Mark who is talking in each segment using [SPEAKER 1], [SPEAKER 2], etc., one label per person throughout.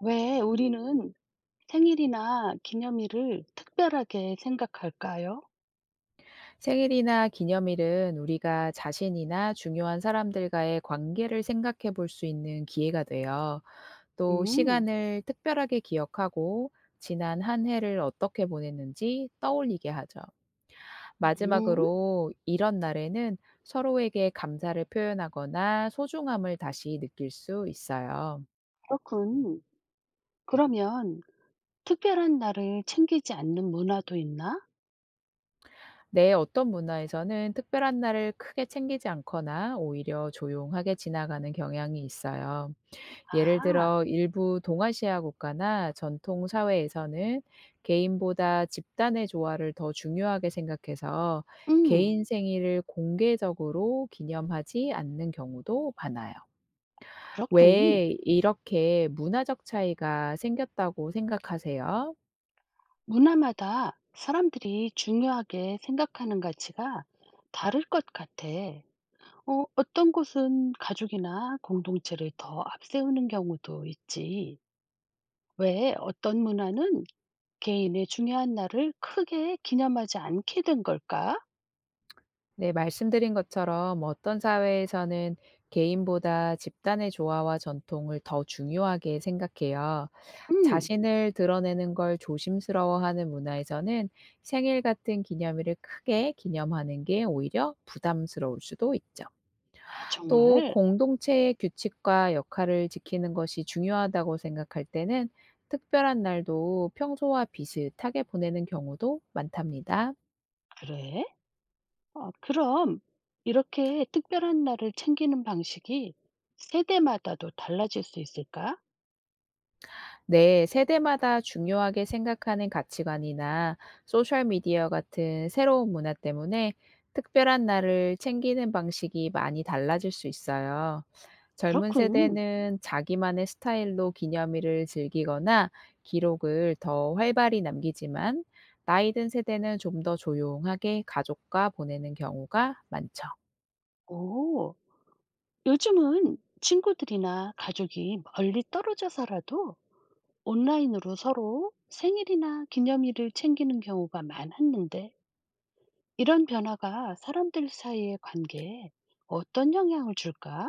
[SPEAKER 1] 왜 우리는 생일이나 기념일을 특별하게 생각할까요?
[SPEAKER 2] 생일이나 기념일은 우리가 자신이나 중요한 사람들과의 관계를 생각해 볼 수 있는 기회가 돼요. 또
[SPEAKER 1] 음.
[SPEAKER 2] 시간을 특별하게 기억하고 지난 한 해를 어떻게 보냈는지 떠올리게 하죠.
[SPEAKER 1] 음, 음,
[SPEAKER 2] 마지막으로 이런 날에는 서로에게 감사를 표현하거나 소중함을 다시 느낄 수 있어요.
[SPEAKER 1] 그렇군. 그러면 특별한 날을 챙기지 않는 문화도 있나?
[SPEAKER 2] 내 어떤 문화에서는 특별한 날을 크게 챙기지 않거나 오히려 조용하게 지나가는 경향이 있어요. 예를
[SPEAKER 1] 아,
[SPEAKER 2] 들어 일부 동아시아 국가나 전통 사회에서는 개인보다 집단의 조화를 더 중요하게 생각해서
[SPEAKER 1] 음,
[SPEAKER 2] 개인 생일을 공개적으로 기념하지 않는 경우도 많아요.
[SPEAKER 1] 그렇군.
[SPEAKER 2] 왜 이렇게 문화적 차이가 생겼다고 생각하세요?
[SPEAKER 1] 문화마다 사람들이 중요하게 생각하는 가치가 다를 것 같아. 어떤 곳은 가족이나 공동체를 더 앞세우는 경우도 있지. 왜 어떤 문화는 개인의 중요한 날을 크게 기념하지 않게 된 걸까?
[SPEAKER 2] 네, 말씀드린 것처럼 어떤 사회에서는 개인보다 집단의 조화와 전통을 더 중요하게 생각해요.
[SPEAKER 1] 음.
[SPEAKER 2] 자신을 드러내는 걸 조심스러워하는 문화에서는 생일 같은 기념일을 크게 기념하는 게 오히려 부담스러울 수도 있죠.
[SPEAKER 1] 아,
[SPEAKER 2] 또
[SPEAKER 1] 정말?
[SPEAKER 2] 공동체의 규칙과 역할을 지키는 것이 중요하다고 생각할 때는 특별한 날도 평소와 비슷하게 보내는 경우도 많답니다.
[SPEAKER 1] 그래? 그럼 이렇게 특별한 날을 챙기는 방식이 세대마다도 달라질 수 있을까?
[SPEAKER 2] 네, 세대마다 중요하게 생각하는 가치관이나 소셜미디어 같은 새로운 문화 때문에 특별한 날을 챙기는 방식이 많이 달라질 수 있어요. 젊은
[SPEAKER 1] 그렇군.
[SPEAKER 2] 세대는 자기만의 스타일로 기념일을 즐기거나 기록을 더 활발히 남기지만 나이 든 세대는 좀 더 조용하게 가족과 보내는 경우가 많죠.
[SPEAKER 1] 오. 요즘은 친구들이나 가족이 멀리 떨어져 살아도 온라인으로 서로 생일이나 기념일을 챙기는 경우가 많았는데, 이런 변화가 사람들 사이의 관계에 어떤 영향을 줄까?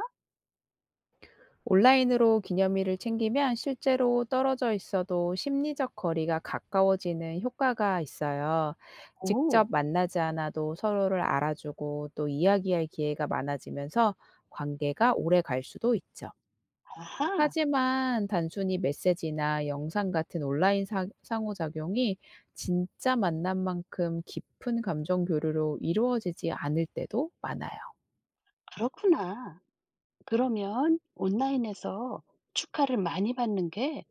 [SPEAKER 2] 온라인으로 기념일을 챙기면 실제로 떨어져 있어도 심리적 거리가 가까워지는 효과가 있어요.
[SPEAKER 1] 오.
[SPEAKER 2] 직접 만나지 않아도 서로를 알아주고 또 이야기할 기회가 많아지면서 관계가 오래 갈 수도 있죠.
[SPEAKER 1] 아하.
[SPEAKER 2] 하지만 단순히 메시지나 영상 같은 온라인 상호작용이 진짜 만남만큼 깊은 감정 교류로 이루어지지 않을 때도 많아요.
[SPEAKER 1] 그렇구나. 그러면 온라인에서 축하를 많이 받는 게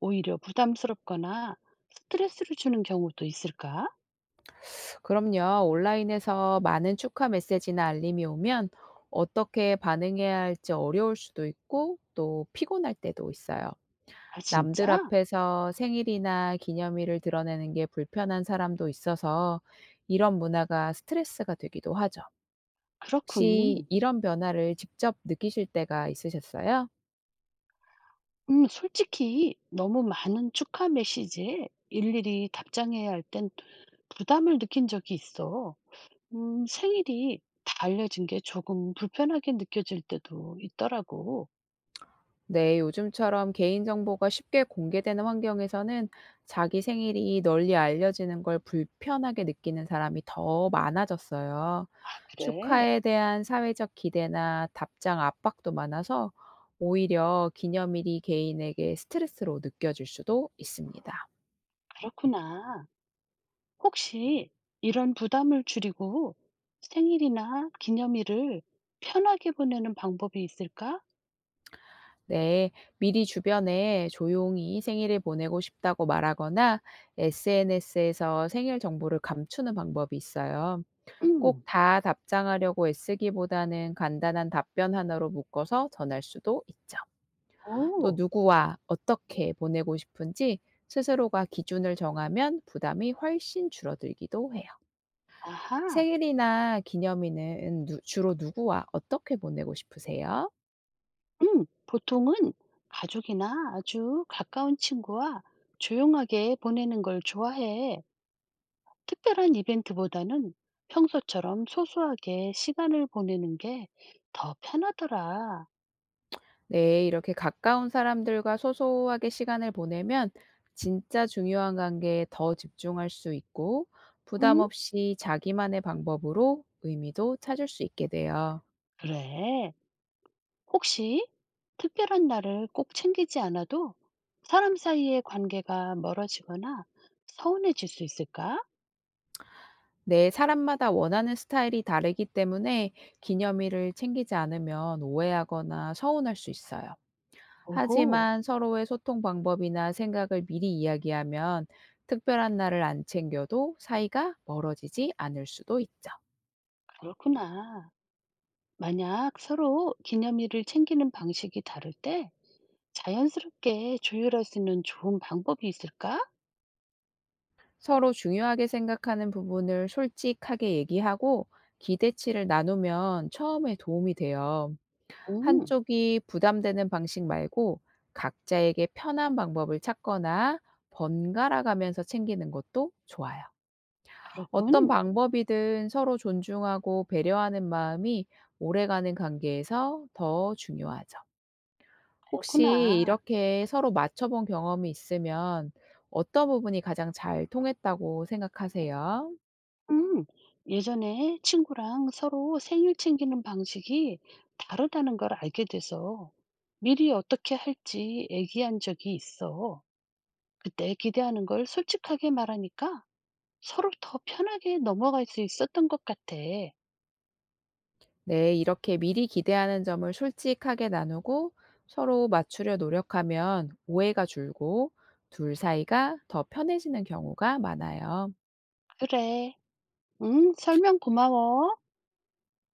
[SPEAKER 1] 오히려 부담스럽거나 스트레스를 주는 경우도 있을까?
[SPEAKER 2] 그럼요. 온라인에서 많은 축하 메시지나 알림이 오면 어떻게 반응해야 할지 어려울 수도 있고 또 피곤할 때도 있어요.
[SPEAKER 1] 아,
[SPEAKER 2] 남들
[SPEAKER 1] 진짜?
[SPEAKER 2] 앞에서 생일이나 기념일을 드러내는 게 불편한 사람도 있어서 이런 문화가 스트레스가 되기도 하죠. 혹시
[SPEAKER 1] 그렇군.
[SPEAKER 2] 이런 변화를 직접 느끼실 때가 있으셨어요?
[SPEAKER 1] 솔직히 너무 많은 축하 메시지에 일일이 답장해야 할 땐 부담을 느낀 적이 있어. 생일이 다 알려진 게 조금 불편하게 느껴질 때도 있더라고.
[SPEAKER 2] 네, 요즘처럼 개인정보가 쉽게 공개되는 환경에서는 자기 생일이 널리 알려지는 걸 불편하게 느끼는 사람이 더 많아졌어요.
[SPEAKER 1] 그래.
[SPEAKER 2] 축하에 대한 사회적 기대나 답장 압박도 많아서 오히려 기념일이 개인에게 스트레스로 느껴질 수도 있습니다.
[SPEAKER 1] 그렇구나. 혹시 이런 부담을 줄이고 생일이나 기념일을 편하게 보내는 방법이 있을까?
[SPEAKER 2] 네, 미리 주변에 조용히 생일을 보내고 싶다고 말하거나 SNS에서 생일 정보를 감추는 방법이 있어요. 꼭
[SPEAKER 1] 음.
[SPEAKER 2] 다 답장하려고 애쓰기보다는 간단한 답변 하나로 묶어서 전할 수도 있죠. 또
[SPEAKER 1] 오.
[SPEAKER 2] 누구와 어떻게 보내고 싶은지 스스로가 기준을 정하면 부담이 훨씬 줄어들기도 해요.
[SPEAKER 1] 아하.
[SPEAKER 2] 생일이나 기념일은 주로 누구와 어떻게 보내고 싶으세요?
[SPEAKER 1] 음. 보통은 가족이나 아주 가까운 친구와 조용하게 보내는 걸 좋아해. 특별한 이벤트보다는 평소처럼 소소하게 시간을 보내는 게 더 편하더라.
[SPEAKER 2] 네, 이렇게 가까운 사람들과 소소하게 시간을 보내면 진짜 중요한 관계에 더 집중할 수 있고 부담
[SPEAKER 1] 응?
[SPEAKER 2] 없이 자기만의 방법으로 의미도 찾을 수 있게 돼요.
[SPEAKER 1] 그래. 혹시 특별한 날을 꼭 챙기지 않아도 사람 사이의 관계가 멀어지거나 서운해질 수 있을까?
[SPEAKER 2] 네, 사람마다 원하는 스타일이 다르기 때문에 기념일을 챙기지 않으면 오해하거나 서운할 수 있어요.
[SPEAKER 1] 오호.
[SPEAKER 2] 하지만 서로의 소통 방법이나 생각을 미리 이야기하면 특별한 날을 안 챙겨도 사이가 멀어지지 않을 수도 있죠.
[SPEAKER 1] 그렇구나. 만약 서로 기념일을 챙기는 방식이 다를 때 자연스럽게 조율할 수 있는 좋은 방법이 있을까?
[SPEAKER 2] 서로 중요하게 생각하는 부분을 솔직하게 얘기하고 기대치를 나누면 처음에 도움이 돼요.
[SPEAKER 1] 음.
[SPEAKER 2] 한쪽이 부담되는 방식 말고 각자에게 편한 방법을 찾거나 번갈아 가면서 챙기는 것도 좋아요. 어떤
[SPEAKER 1] 그렇군.
[SPEAKER 2] 방법이든 서로 존중하고 배려하는 마음이 오래가는 관계에서 더 중요하죠. 혹시
[SPEAKER 1] 그렇구나.
[SPEAKER 2] 이렇게 서로 맞춰본 경험이 있으면 어떤 부분이 가장 잘 통했다고 생각하세요?
[SPEAKER 1] 음, 예전에 친구랑 서로 생일 챙기는 방식이 다르다는 걸 알게 돼서 미리 어떻게 할지 얘기한 적이 있어. 그때 기대하는 걸 솔직하게 말하니까 서로 더 편하게 넘어갈 수 있었던 것 같아.
[SPEAKER 2] 네, 이렇게 미리 기대하는 점을 솔직하게 나누고 서로 맞추려 노력하면 오해가 줄고 둘 사이가 더 편해지는 경우가 많아요.
[SPEAKER 1] 그래. 응, 설명 고마워.